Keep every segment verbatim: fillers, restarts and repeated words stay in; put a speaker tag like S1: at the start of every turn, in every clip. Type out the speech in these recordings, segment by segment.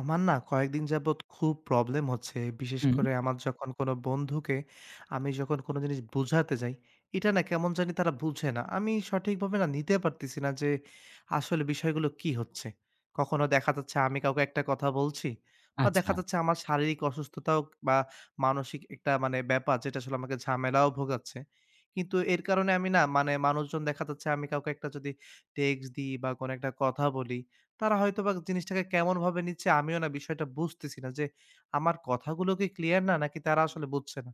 S1: আমার না কয়েকদিন যাবৎ খুব প্রবলেম হচ্ছে। বিশেষ
S2: হুম,
S1: করে আমার যখন কোনো বন্ধুকে আমি যখন কোনো জিনিস বুঝাতে যাই, এটা না কেমন জানি তারা বুঝে না। আমি সঠিকভাবে না নিতে পারতেছি না যে আসলে বিষয়গুলো কি হচ্ছে। কখনো দেখা যাচ্ছে আমি কাউকে একটা কথা বলছি বা
S2: আচ্ছা,
S1: দেখা যাচ্ছে আমার শারীরিক অসুস্থতাও বা মানসিক একটা মানে ব্যাপার যেটা আসলে আমাকে ঝামেলাও ভোগাচ্ছে। কিন্তু এর কারণে আমি না মানে মানুষজন দেখা যাচ্ছে আমি কাউকে একটা যদি টেক্সট দিই বা কোনো একটা কথা বলি তারা হয়তোবা জিনিসটাকে কেমনভাবে নিচ্ছে আমিও না বিষয়টা বুঝতেছি না যে আমার কথাগুলো কি ক্লিয়ার না নাকি তারা আসলে বুঝছে না?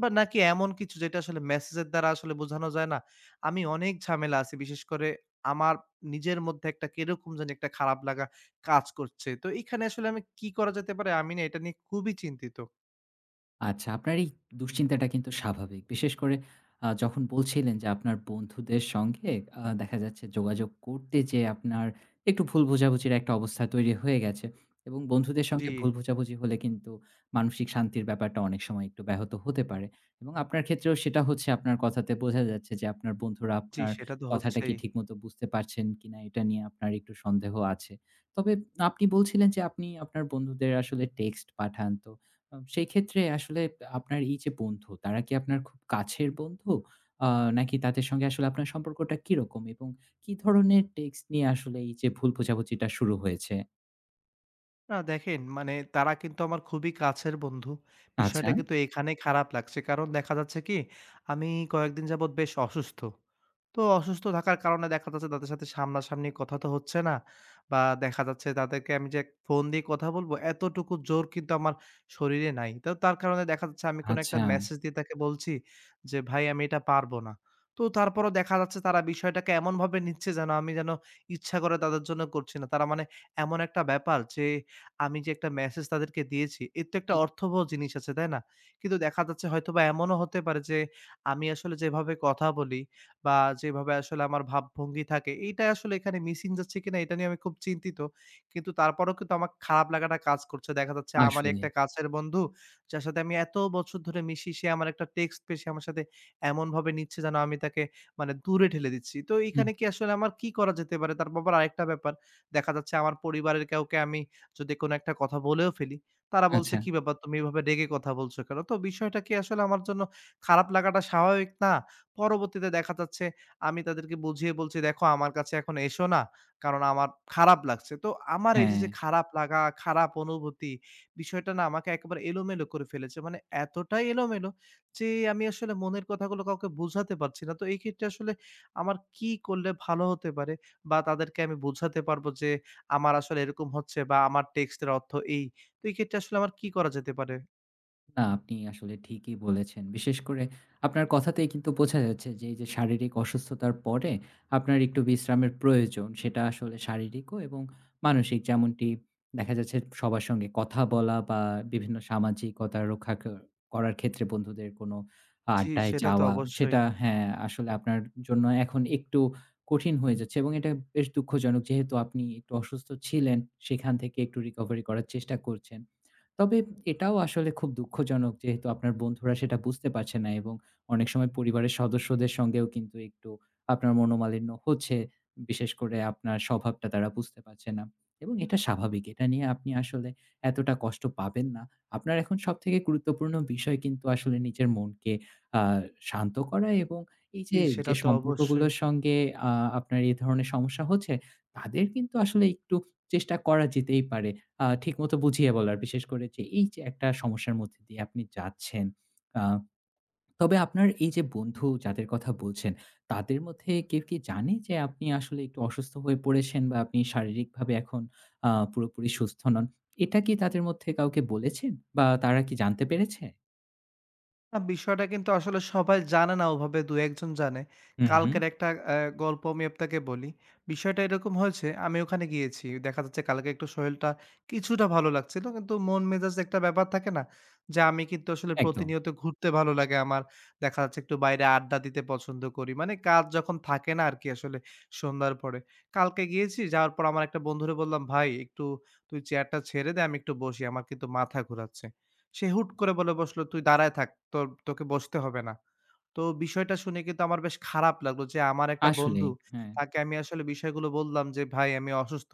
S1: বা নাকি এমন কিছু যেটা আসলে মেসেজের দ্বারা আসলে বোঝানো যায় না? আমি অনেক ঝামেলা আছি। বিশেষ করে আমার নিজের মধ্যে একটা কিরকম জানি একটা খারাপ লাগা কাজ করছে। তো এখানে আসলে আমি কি করা যেতে পারে আমি না এটা নিয়ে খুবই চিন্তিত।
S2: আচ্ছা। আপনার এই দুশ্চিন্তাটা কিন্তু স্বাভাবিক। বিশেষ করে আ যখন বলছিলেন যে আপনার বন্ধুদের সঙ্গে আ দেখা যাচ্ছে যোগাযোগ করতে যেয়ে আপনার একটু ভুল বোঝাবুঝির একটা অবস্থা তৈরি হয়ে গেছে এবং বন্ধুদের
S1: জি,
S2: সঙ্গে ভুল বোঝাবুঝি হলে কিন্তু মানসিক শান্তির ব্যাপারটা অনেক সময় একটু ব্যাহত হতে পারে এবং আপনার ক্ষেত্রেও সেটা হচ্ছে, আপনার কথাতে বোঝা যাচ্ছে যে আপনার বন্ধুরা
S1: জি
S2: আপনার
S1: সেটা তো
S2: কথাটা কি
S1: হচ্ছেই।
S2: ঠিকমতো বুঝতে পারছেন কিনা এটা নিয়ে আপনার একটু সন্দেহ আছে। তবে আপনি বলছিলেন যে আপনি আপনার বন্ধুদের আসলে টেক্সট পাঠান। তো আম সেই ক্ষেত্রে আসলে আপনার এই যে বন্ধু, তারা কি আপনার খুব কাছের বন্ধু? আ নাকি তাদের সঙ্গে আসলে আপনার সম্পর্কটা কিরকম? এবং কি ধরনের টেক্সট নিয়ে আসলে এই যে ভুল বোঝাবুঝিটা শুরু হয়েছে?
S1: না দেখেন, মানে তারা কিন্তু আমার খুবই কাছের বন্ধু।
S2: আচ্ছা,
S1: বিষয়টা কিন্তু এখানেই খারাপ লাগছে। কারণ দেখা যাচ্ছে কি, আমি কয়েকদিন যাবৎ বেশ অসুস্থ। তো অসুস্থ থাকার কারণে দেখা যাচ্ছে তাদের সাথে সামনাসামনি কথা তো হচ্ছে না। বা দেখা যাচ্ছে তাদেরকে আমি যে ফোন দিয়ে কথা বলবো, এতটুকু জোর কিন্তু আমার শরীরে নাই। তো তার কারণে দেখা যাচ্ছে আমি কোনো একটা
S2: আচ্ছা।
S1: মেসেজ দিয়ে তাকে বলছি যে, "ভাই আমি এটা পারব না।" তো তারপরও দেখা যাচ্ছে তারা বিষয়টাকে এমনভাবে নিচ্ছে যেন আমি যেন ইচ্ছা করে তাদের জন্য করছি না। তারা মানে এমন একটা ব্যাপার যে আমি যে একটা মেসেজ তাদেরকে দিয়েছি, এর তো একটা
S2: হুম,
S1: অর্থবহ জিনিস আছে, তাই না? কিন্তু দেখা যাচ্ছে হয়তোবা এমনও হতে পারে যে, আমি আসলে যেভাবে কথা বলি বা যেভাবে আসলে আমার ভাবভঙ্গি থাকে, এইটা আসলে এখানে মিসিং যাচ্ছে কিনা এটা নিয়ে আমি খুব চিন্তিত। কিন্তু তারপরেও কিন্তু আমার খারাপ লাগাটা কাজ করছে। দেখা যাচ্ছে আমারই
S2: আসলেই।
S1: একটা কাছের বন্ধু, যার সাথে আমি এত বছর ধরে মিশি, সে আমার একটা টেক্সট পেয়ে সে আমার সাথে এমনভাবে নিচ্ছে যেন আমি তাকে মানে দূরে ঠেলে দিচ্ছি। তো
S2: হুম,
S1: এইখানে কি আসলে আমার কি করা যেতে পারে? তারপর আবার আরেকটা ব্যাপার, দেখা যাচ্ছে আমার পরিবারের কাউকে আমি যদি কোনো একটা কথা বলেও ফেলি, তারা বলছে,
S2: আচ্ছা,
S1: "কি ব্যাপার তুমি এভাবে রেগে কথা বলছো কেন?" তো বিষয়টা কি আসলে আমার জন্য খারাপ লাগাটা স্বাভাবিক না? পরবর্তীতে দেখা যাচ্ছে আমি তাদেরকে বুঝিয়ে বলছি, "দেখো আমার কাছে এখন এসো না। কারণ আমার খারাপ লাগছে।" তো আমার এই যে,
S2: হ্যাঁ।
S1: যে খারাপ লাগা, খারাপ অনুভূতি বিষয়টা না আমাকে একেবারে এলোমেলো করে ফেলেছে। মানে এতটাই এলোমেলো যে আমি আসলে মনের কথাগুলো কাউকে বোঝাতে পারছি না। তো এই ক্ষেত্রে আসলে আমার কি করলে ভালো হতে পারে? বা তাদেরকে আমি বোঝাতে পারবো যে আমার আসলে এরকম হচ্ছে বা আমার টেক্সটের অর্থ এই। তো এই ক্ষেত্রে আসলে আমার কি করা যেতে পারে?
S2: না, আপনি আসলে ঠিকই বলেছেন। বিশেষ করে আপনার কথাতেই কিন্তু বোঝা যাচ্ছে যে এই যে শারীরিক অসুস্থতার পরে আপনার একটু বিশ্রামের প্রয়োজন। সেটা আসলে শারীরিকও এবং মানসিক। যেমনটি দেখা যাচ্ছে সবার সঙ্গে কথা বলা বা বিভিন্ন সামাজিকতা রক্ষা ক করার ক্ষেত্রে বন্ধুদের কোনো
S1: জি,
S2: আড্ডায়, জি,
S1: সেটা তো
S2: যাওয়া
S1: অবশ্যই।
S2: সেটা, হ্যাঁ, আসলে আপনার জন্য এখন একটু কঠিন হয়ে যাচ্ছে এবং এটা বেশ দুঃখজনক। যেহেতু আপনি একটু অসুস্থ ছিলেন, সেখান থেকে একটু রিকভারি করার চেষ্টা করছেন। তবে এটাও আসলে খুব দুঃখজনক, যেহেতু আপনার বন্ধুরা সেটা বুঝতে পারছে না এবং অনেক সময় পরিবারের সদস্যদের সঙ্গেও কিন্তু একটু আপনার মনোমালিন্য হচ্ছে। বিশেষ করে আপনার স্বভাবটা তারা বুঝতে পারছে না। এবং এটা স্বাভাবিক। এটা নিয়ে আপনি আসলে এতটা কষ্ট পাবেন না। আপনার এখন সবথেকে গুরুত্বপূর্ণ বিষয় কিন্তু আসলে নিজের মনকে আ শান্ত করা এবং এই
S1: জি,
S2: যে,
S1: সেটা
S2: যে
S1: তো অবশ্যই।
S2: সম্পর্কগুলোর সঙ্গে আ আপনার এই ধরনের সমস্যা হচ্ছে, তাদের কিন্তু আসলে একটু চেষ্টা করা যেতেই পারে আ ঠিকমতো বুঝিয়ে বলার। বিশেষ করে যে এই যে একটা সমস্যার মধ্যে দিয়ে আপনি যাচ্ছেন। আ তবে আপনার এই যে বন্ধু যাদের কথা বলছেন, তাদের মধ্যে কেউ কি জানে যে আপনি আসলে একটু অসুস্থ হয়ে পড়েছেন বা আপনি শারীরিকভাবে এখন আ পুরোপুরি সুস্থ নন? এটা কি তাদের মধ্যে কাউকে বলেছেন বা তারা কি জানতে পেরেছে?
S1: না, বিষয়টা কিন্তু আসলে সবাই জানে না ওভাবে দু একজন জানে।
S2: হুম, হুম।
S1: কালকের একটা অ্যা গল্প আমি আপনাকে বলি। বিষয়টা এরকম হয়েছে, আমি ওখানে গিয়েছি। দেখা যাচ্ছে কালকে একটু শরীরটা কিছুটা ভালো লাগছিল। কিন্তু মন মেজাজ একটা ব্যাপার থাকে না? যে আমি কিন্তু আসলে
S2: একদম।
S1: প্রতিনিয়ত ঘুরতে ভালো লাগে আমার। দেখা যাচ্ছে একটু বাইরে আড্ডা দিতে পছন্দ করি। মানে কাজ যখন থাকে না আরকি আসলে সন্ধ্যার পরে। কালকে গিয়েছি, যাওয়ার পর আমার একটা বন্ধুরে বললাম, "ভাই একটু তুই চেয়ারটা ছেড়ে দে, আমি একটু বসি। আমার কিন্তু মাথা ঘুরাচ্ছে।" সে হুট করে বলে বসলো, "তুই দাঁড়ায় থাক। তোর তোকে বসতে হবে না।" তো বিষয়টা শুনে কিন্তু আমার বেশ খারাপ লাগলো যে আমার একটা
S2: আসলেই।
S1: বন্ধু,
S2: হ্যাঁ।
S1: তাকে আমি আসলে বিষয়গুলো বললাম যে, "ভাই আমি অসুস্থ।"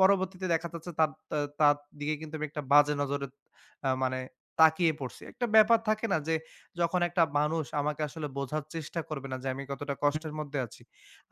S1: পরবর্তীতে দেখা যাচ্ছে তার তা তার দিকে কিন্তু আমি একটা বাজে নজরে আ মানে তাকিয়ে পড়ছি। একটা ব্যাপার থাকে না যে যখন একটা মানুষ আমাকে আসলে বোঝার চেষ্টা করবে না যে আমি কতটা
S2: হুম,
S1: কষ্টের মধ্যে আছি।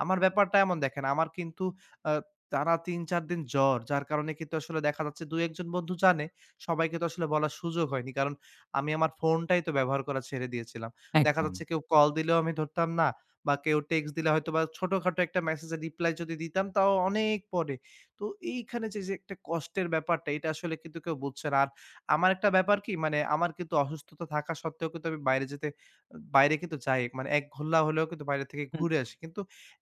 S1: আমার ব্যাপারটা এমন দেখেন আমার কিন্তু আ টানা তিন চার দিন জ্বর। যার কারণে কিন্তু আসলে দেখা যাচ্ছে দুই এক জন বন্ধু জানে। সবাইকে তো আসলে বলার সুযোগ হয়নি। কারণ আমি আমার ফোনটাই তো ব্যবহার করা ছেড়ে দিয়েছিলাম। দেখা
S2: একদম।
S1: যাচ্ছে কেউ কল দিলেও আমি ধরতাম না বা কেউ টেক্সট দিলে হয়তোবা ছোটখাটো একটা মেসেজের রিপ্লাই যদি দিতাম তাও অনেক পরে। তো এইখানে যে, যে একটা কষ্টের ব্যাপারটা এটা আসলে কিন্তু কেউ বুঝছে না। আর আমার একটা ব্যাপার কি মানে আমার কিন্তু অসুস্থতা থাকা সত্ত্বেও কিন্তু আমি বাইরে যেতে বাইরে কিন্তু যাই। মানে এক ঘোল্লা হলেও কিন্তু বাইরে থেকে
S2: হুম,
S1: ঘুরে আসি। কিন্তু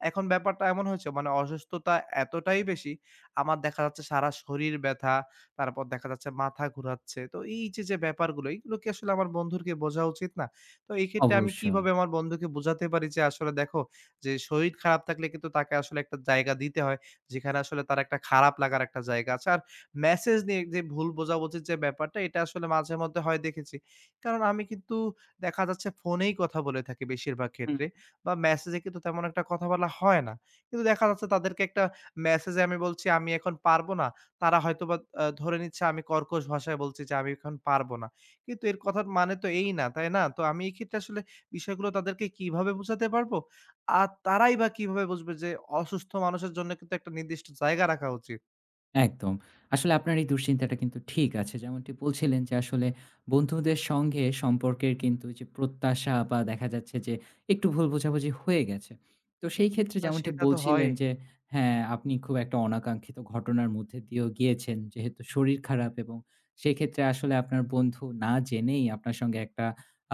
S1: এখন ব্যাপারটা এমন হয়েছে মানে অসুস্থতা এতটাই বেশি আমার দেখা যাচ্ছে সারা শরীর ব্যথা, তারপর দেখা যাচ্ছে মাথা ঘুরাচ্ছে। তো এই যে, যে ব্যাপারগুলো, এগুলো কি আসলে আমার বন্ধুকে বোঝা উচিত না? তো এক্ষেত্রে আমি
S2: অবশ্যই।
S1: কিভাবে আমার বন্ধুকে বোঝাতে পারি যে, আসলে দেখো যে শরীর খারাপ থাকলে কিন্তু তাকে আসলে একটা জায়গা দিতে হয়, যেখানে আসলে তার একটা খারাপ লাগার একটা জায়গা আছে। আর মেসেজ নিয়ে যে ভুল বোঝাবুঝির যে ব্যাপারটা, এটা আসলে মাঝে মধ্যে হয় দেখেছি। কারণ আমি কিন্তু দেখা যাচ্ছে ফোনেই কথা বলে থাকি বেশিরভাগ
S2: হুম।
S1: ক্ষেত্রে বা মেসেজে কিন্তু তেমন একটা কথা বলা হয় না। কিন্তু দেখা যাচ্ছে তাদেরকে একটা মেসেজে আমি বলছি, "আমি এখন পারব না।" তারা হয়তোবা আ ধরে নিচ্ছে আমি কর্কশ ভাষায় বলছি যে, "আমি এখন পারব না।" কিন্তু এর কথার মানে তো এই না, তাই না? তো আমি এই ক্ষেত্রে আসলে বিষয়গুলো তাদেরকে কিভাবে বোঝাতে পারবো? আর তারাই বা কিভাবে বুঝবে যে অসুস্থ মানুষের জন্য কিন্তু একটা নির্দিষ্ট জায়গা রাখা উচিত।
S2: একদম। আসলে আপনার এই দুশ্চিন্তাটা কিন্তু ঠিক আছে। যেমনটি বলছিলেন যে আসলে বন্ধুদের সঙ্গে সম্পর্কের কিন্তু যে প্রত্যাশা বা দেখা যাচ্ছে যে একটু ভুল বোঝাবুঝি হয়ে গেছে। তো সেই ক্ষেত্রে
S1: না
S2: যেমনটি
S1: সেটা তো হয়।
S2: বলছিলেন যে, হ্যাঁ, আপনি খুব একটা অনাকাঙ্ক্ষিত ঘটনার মধ্যে দিয়েও গিয়েছেন। যেহেতু শরীর খারাপ, এবং সেক্ষেত্রে আসলে আপনার বন্ধু না জেনেই আপনার সঙ্গে একটা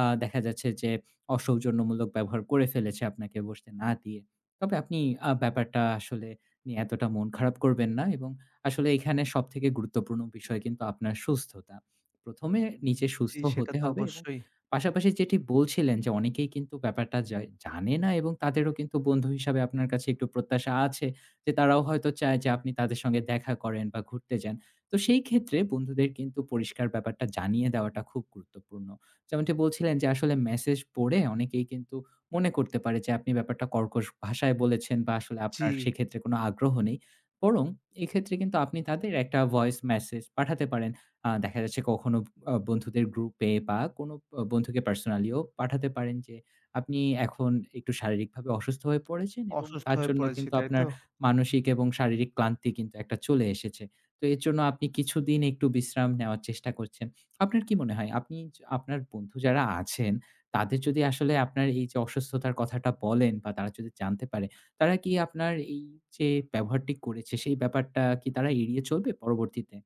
S2: আ দেখা যাচ্ছে যে অসৌজন্যমূলক ব্যবহার করে ফেলেছে আপনাকে বসতে না দিয়ে। তবে আপনি আ ব্যাপারটা আসলে নিয়ে এতটা মন খারাপ করবেন না এবং আসলে এখানে সবথেকে গুরুত্বপূর্ণ বিষয় কিন্তু আপনার সুস্থতা। প্রথম এ নিজে
S1: জি,
S2: সুস্থ
S1: সেটা
S2: হতে
S1: তো
S2: হবে এবং
S1: অবশ্যই।
S2: পাশাপাশি যেটি বলছিলেন যে অনেকেই কিন্তু ব্যাপারটা জা জানে না এবং তাদেরও কিন্তু বন্ধু হিসাবে আপনার কাছে একটু প্রত্যাশা আছে যে তারাও হয়তো চায় যে আপনি তাদের সঙ্গে দেখা করেন বা ঘুরতে যান। তো সেই ক্ষেত্রে বন্ধুদের কিন্তু পরিষ্কার ব্যাপারটা জানিয়ে দেওয়াটা খুব গুরুত্বপূর্ণ। যেমনটি বলছিলেন যে আসলে মেসেজ পড়ে অনেকেই কিন্তু মনে করতে পারে যে আপনি ব্যাপারটা কর্কশ ভাষায় বলেছেন বা আসলে
S1: জি,
S2: আপনার সেক্ষেত্রে কোনো আগ্রহ নেই। বরং এক্ষেত্রে কিন্তু আপনি তাদের একটা ভয়েস মেসেজ পাঠাতে পারেন। আ দেখা যাচ্ছে কখনো আ বন্ধুদের গ্রুপে বা কোনো আ বন্ধুকে পার্সোনালিও পাঠাতে পারেন যে, আপনি এখন একটু শারীরিকভাবে অসুস্থ হয়ে পড়েছেন এবং
S1: অসুস্থ
S2: তার
S1: হয়ে
S2: জন্য
S1: পড়েছি,
S2: কিন্তু
S1: তাই
S2: আপনার
S1: তো?
S2: মানসিক এবং শারীরিক ক্লান্তি কিন্তু একটা চলে এসেছে। তো এর জন্য আপনি কিছুদিন একটু বিশ্রাম নেওয়ার চেষ্টা করছেন। আপনার কি মনে হয় আপনি য আপনার বন্ধু যারা আছেন, তাদের যদি আসলে আপনার এই যে অসুস্থতার কথাটা বলেন বা তারা যদি জানতে পারে, তারা কি আপনার এই যে ব্যবহারটি করেছে, সেই ব্যাপারটা কি তারা এড়িয়ে চলবে পরবর্তীতে?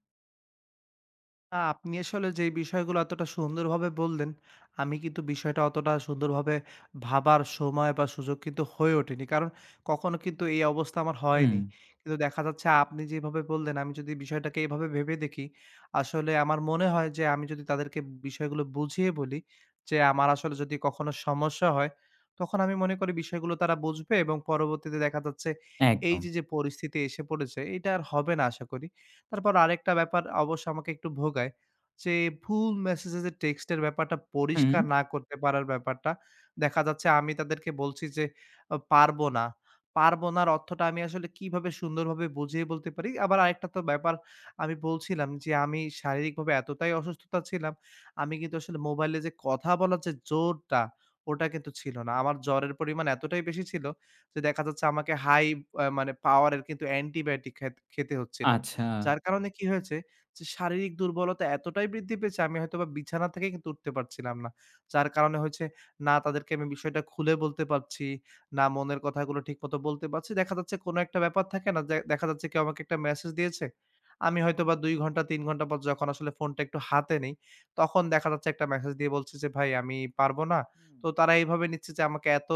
S1: আ আপনি আসলে যে বিষয়গুলো এতটা সুন্দরভাবে বললেন, আমি কিন্তু বিষয়টা অতটা সুন্দরভাবে ভাবার সময় বা সুযোগ কিন্তু হয়ে ওঠেনি। কারণ কখনো কিন্তু এই অবস্থা আমার
S2: হুম,
S1: হয়নি। কিন্তু দেখা যাচ্ছে আপনি যেভাবে বললেন, আমি যদি বিষয়টাকে এভাবে ভেবে দেখি, আসলে আমার মনে হয় যে আমি যদি তাদেরকে বিষয়গুলো বুঝিয়ে বলি যে, আমার আসলে যদি কখনো সমস্যা হয়, তখন আমি মনে করি বিষয়গুলো তারা বুঝবে এবং পরবর্তীতে দেখা যাচ্ছে এই
S2: একদম।
S1: যে, যে পরিস্থিতি এসে পড়েছে, এটা আর হবে না আশা করি। তারপর আরেকটা ব্যাপার অবশ্য আমাকে একটু ভোগায় যে ভুল মেসেজে যে টেক্সটের ব্যাপারটা
S2: হুম,
S1: পরিষ্কার না করতে পারার ব্যাপারটা। দেখা যাচ্ছে আমি তাদেরকে বলছি যে আ পারব না। পারব নার অর্থটা আমি আসলে কিভাবে সুন্দরভাবে বুঝিয়ে বলতে পারি? আবার আরেকটা তো ব্যাপার আমি বলছিলাম যে আমি শারীরিকভাবে এতটাই অসুস্থতা ছিলাম, আমি কিন্তু আসলে মোবাইলে যে কথা বলার যে জোরটা, ওটা কিন্তু ছিল না। আমার জ্বরের পরিমাণ এতটাই বেশি ছিল যে দেখা যাচ্ছে আমাকে হাই আ মানে পাওয়ারের কিন্তু অ্যান্টিবায়োটিক খেত খেতে হচ্ছিল।
S2: আচ্ছা।
S1: যার কারণে কি হয়েছে যে শারীরিক দুর্বলতা এতটাই বৃদ্ধি পেয়েছে আমি হয়তোবা বিছানা থেকে কিন্তু উঠতে পারছিলাম না। যার কারণে হচ্ছে না তাদেরকে আমি বিষয়টা খুলে বলতে পারছি, না মনের কথাগুলো ঠিকমতো বলতে পারছি। দেখা যাচ্ছে কোনো একটা ব্যাপার থাকে না যে দেখা যাচ্ছে কেউ আমাকে একটা মেসেজ দিয়েছে। আমি হয়তোবা দুই ঘন্টা তিন ঘন্টা পর যখন আসলে ফোনটা একটু হাতে নেই, তখন দেখা যাচ্ছে একটা মেসেজ দিয়ে বলছে যে, "ভাই আমি পারবো না।" তো তারা এইভাবে নিচ্ছে যে আমাকে এত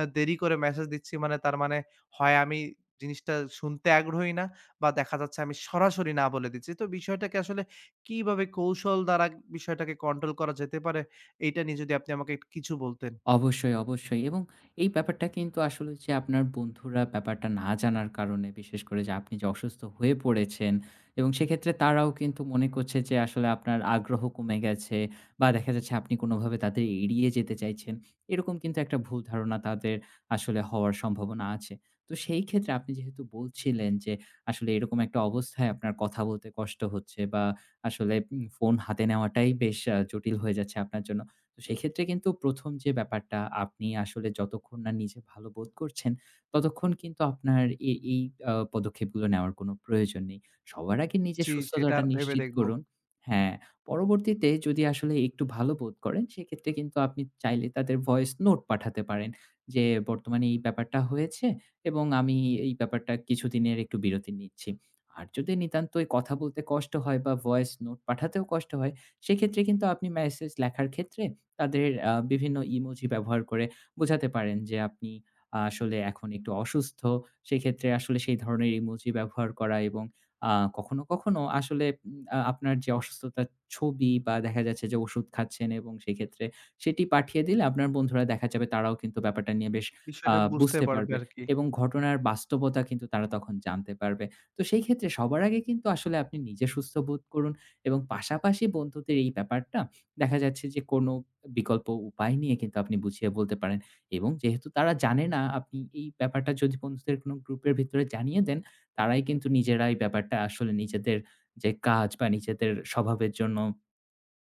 S1: আ দেরি করে মেসেজ দিচ্ছি মানে তার মানে হয় আমি জিনিসটা শুনতে আগ্রহী না বা দেখা যাচ্ছে আমি সরাসরি না বলে দিচ্ছি। তো বিষয়টাকে আসলে কিভাবে কৌশল দ্বারা বিষয়টাকে কন্ট্রোল করা যেতে পারে, এইটা নিয়ে যদি আপনি আমাকে একটু কিছু বলতেন।
S2: অবশ্যই, অবশ্যই, এবং এই ব্যাপারটা কিন্তু আসলে যে আপনার বন্ধুরা ব্যাপারটা না জানার কারণে, বিশেষ করে যে আপনি যে অসুস্থ হয়ে পড়েছেন এবং সেক্ষেত্রে তারাও কিন্তু মনে করছে যে আসলে আপনার আগ্রহ কমে গেছে বা দেখা যাচ্ছে আপনি কোনোভাবে তাদের এড়িয়ে যেতে চাইছেন। এরকম কিন্তু একটা ভুল ধারণা তাদের আসলে হওয়ার সম্ভাবনা আছে। তো সেই ক্ষেত্রে আপনি যেহেতু বলছিলেন যে আসলে এরকম একটা অবস্থায় আপনার কথা বলতে কষ্ট হচ্ছে বা আসলে উম ফোন হাতে নেওয়াটাই বেশ আ জটিল হয়ে যাচ্ছে আপনার জন্য। তো সেক্ষেত্রে কিন্তু প্রথম যে ব্যাপারটা, আপনি আসলে যতক্ষণ না নিজে ভালো বোধ করছেন, ততক্ষণ কিন্তু আপনার এ এই আ পদক্ষেপগুলো নেওয়ার কোনো প্রয়োজন নেই। সবার আগে নিজের
S1: জি, সেটা
S2: সুস্থতাটা
S1: ভেবে
S2: নিশ্চিত
S1: দেখব।
S2: করুন। হ্যাঁ, পরবর্তীতে যদি আসলে একটু ভালো বোধ করেন, সেক্ষেত্রে কিন্তু আপনি চাইলে তাদের ভয়েস নোট পাঠাতে পারেন যে, "বর্তমানে এই ব্যাপারটা হয়েছে এবং আমি এই ব্যাপারটা কিছুদিনের একটু বিরতি নিচ্ছি।" আর যদি নিতান্তই কথা বলতে কষ্ট হয় বা ভয়েস নোট পাঠাতেও কষ্ট হয়, সেক্ষেত্রে কিন্তু আপনি মেসেজ লেখার ক্ষেত্রে তাদের আ বিভিন্ন ইমোজি ব্যবহার করে বোঝাতে পারেন যে আপনি আ আসলে এখন একটু অসুস্থ। সেক্ষেত্রে আসলে সেই ধরনের ইমোজি ব্যবহার করা এবং আ কখনো, কখনো আসলে উম আ আপনার যে অসুস্থতার ছবি বা দেখা যাচ্ছে যে ওষুধ খাচ্ছেন এবং সেক্ষেত্রে সেটি পাঠিয়ে দিলে আপনার বন্ধুরা দেখা যাবে তারাও কিন্তু ব্যাপারটা নিয়ে বেশ আ
S1: বিষয়টা বুঝতে
S2: বুঝতে
S1: পারবে
S2: পারবে
S1: আরকি।
S2: এবং ঘটনার বাস্তবতা কিন্তু তারা তখন জানতে পারবে। তো সেই ক্ষেত্রে সবার আগে কিন্তু আসলে আপনি নিজে সুস্থ বোধ করুন এবং পাশাপাশি বন্ধুদের এই ব্যাপারটা দেখা যাচ্ছে যে কোনো বিকল্প উপায় নিয়ে কিন্তু আপনি বুঝিয়ে বলতে পারেন এবং যেহেতু তারা জানে না, আপনি এই ব্যাপারটা যদি বন্ধুদের কোনো গ্রুপের ভিতরে জানিয়ে দেন, তারাই কিন্তু নিজেরা এই ব্যাপারটা আসলে নিজেদের যে কাজ বা নিজেদের স্বভাবের জন্য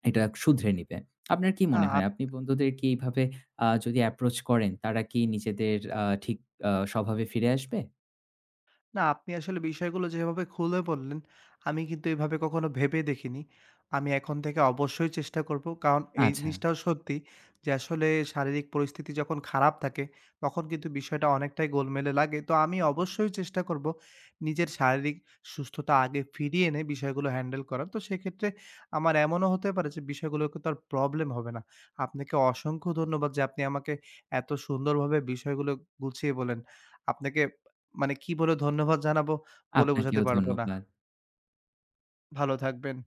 S2: এটা শুধরে নিবে। আপনার কি মনে
S1: না
S2: হয় আপনি বন্ধুদের কি এইভাবে আ যদি অ্যাপ্রোচ করেন, তারা কি নিজেদের আ ঠিক আ স্বভাবে ফিরে আসবে?
S1: না, আপনি আসলে বিষয়গুলো যেভাবে খুলে বললেন, আমি কিন্তু এভাবে কখনো ভেবে দেখিনি। আমি এখন থেকে অবশ্যই চেষ্টা করব। কারণ এই
S2: আচ্ছা।
S1: জিনিসটাও সত্যি যে আসলে শারীরিক পরিস্থিতি যখন খারাপ থাকে, তখন কিন্তু বিষয়টা অনেকটাই গোলমেলে লাগে। তো আমি অবশ্যই চেষ্টা করব নিজের শারীরিক সুস্থতা আগে ফিরিয়ে এনে বিষয়গুলো হ্যান্ডেল করার। তো সেক্ষেত্রে আমার এমনও হতে পারে যে বিষয়গুলো কিন্তু আর প্রবলেম হবে না। আপনাকে অসংখ্য ধন্যবাদ যে আপনি আমাকে এত সুন্দরভাবে বিষয়গুলো গুছিয়ে বললেন। আপনাকে মানে কি বলে ধন্যবাদ জানাবো বলে বোঝাতে
S2: আপনাকেও
S1: পারব না।
S2: ধন্যবাদ।
S1: ভালো থাকবেন।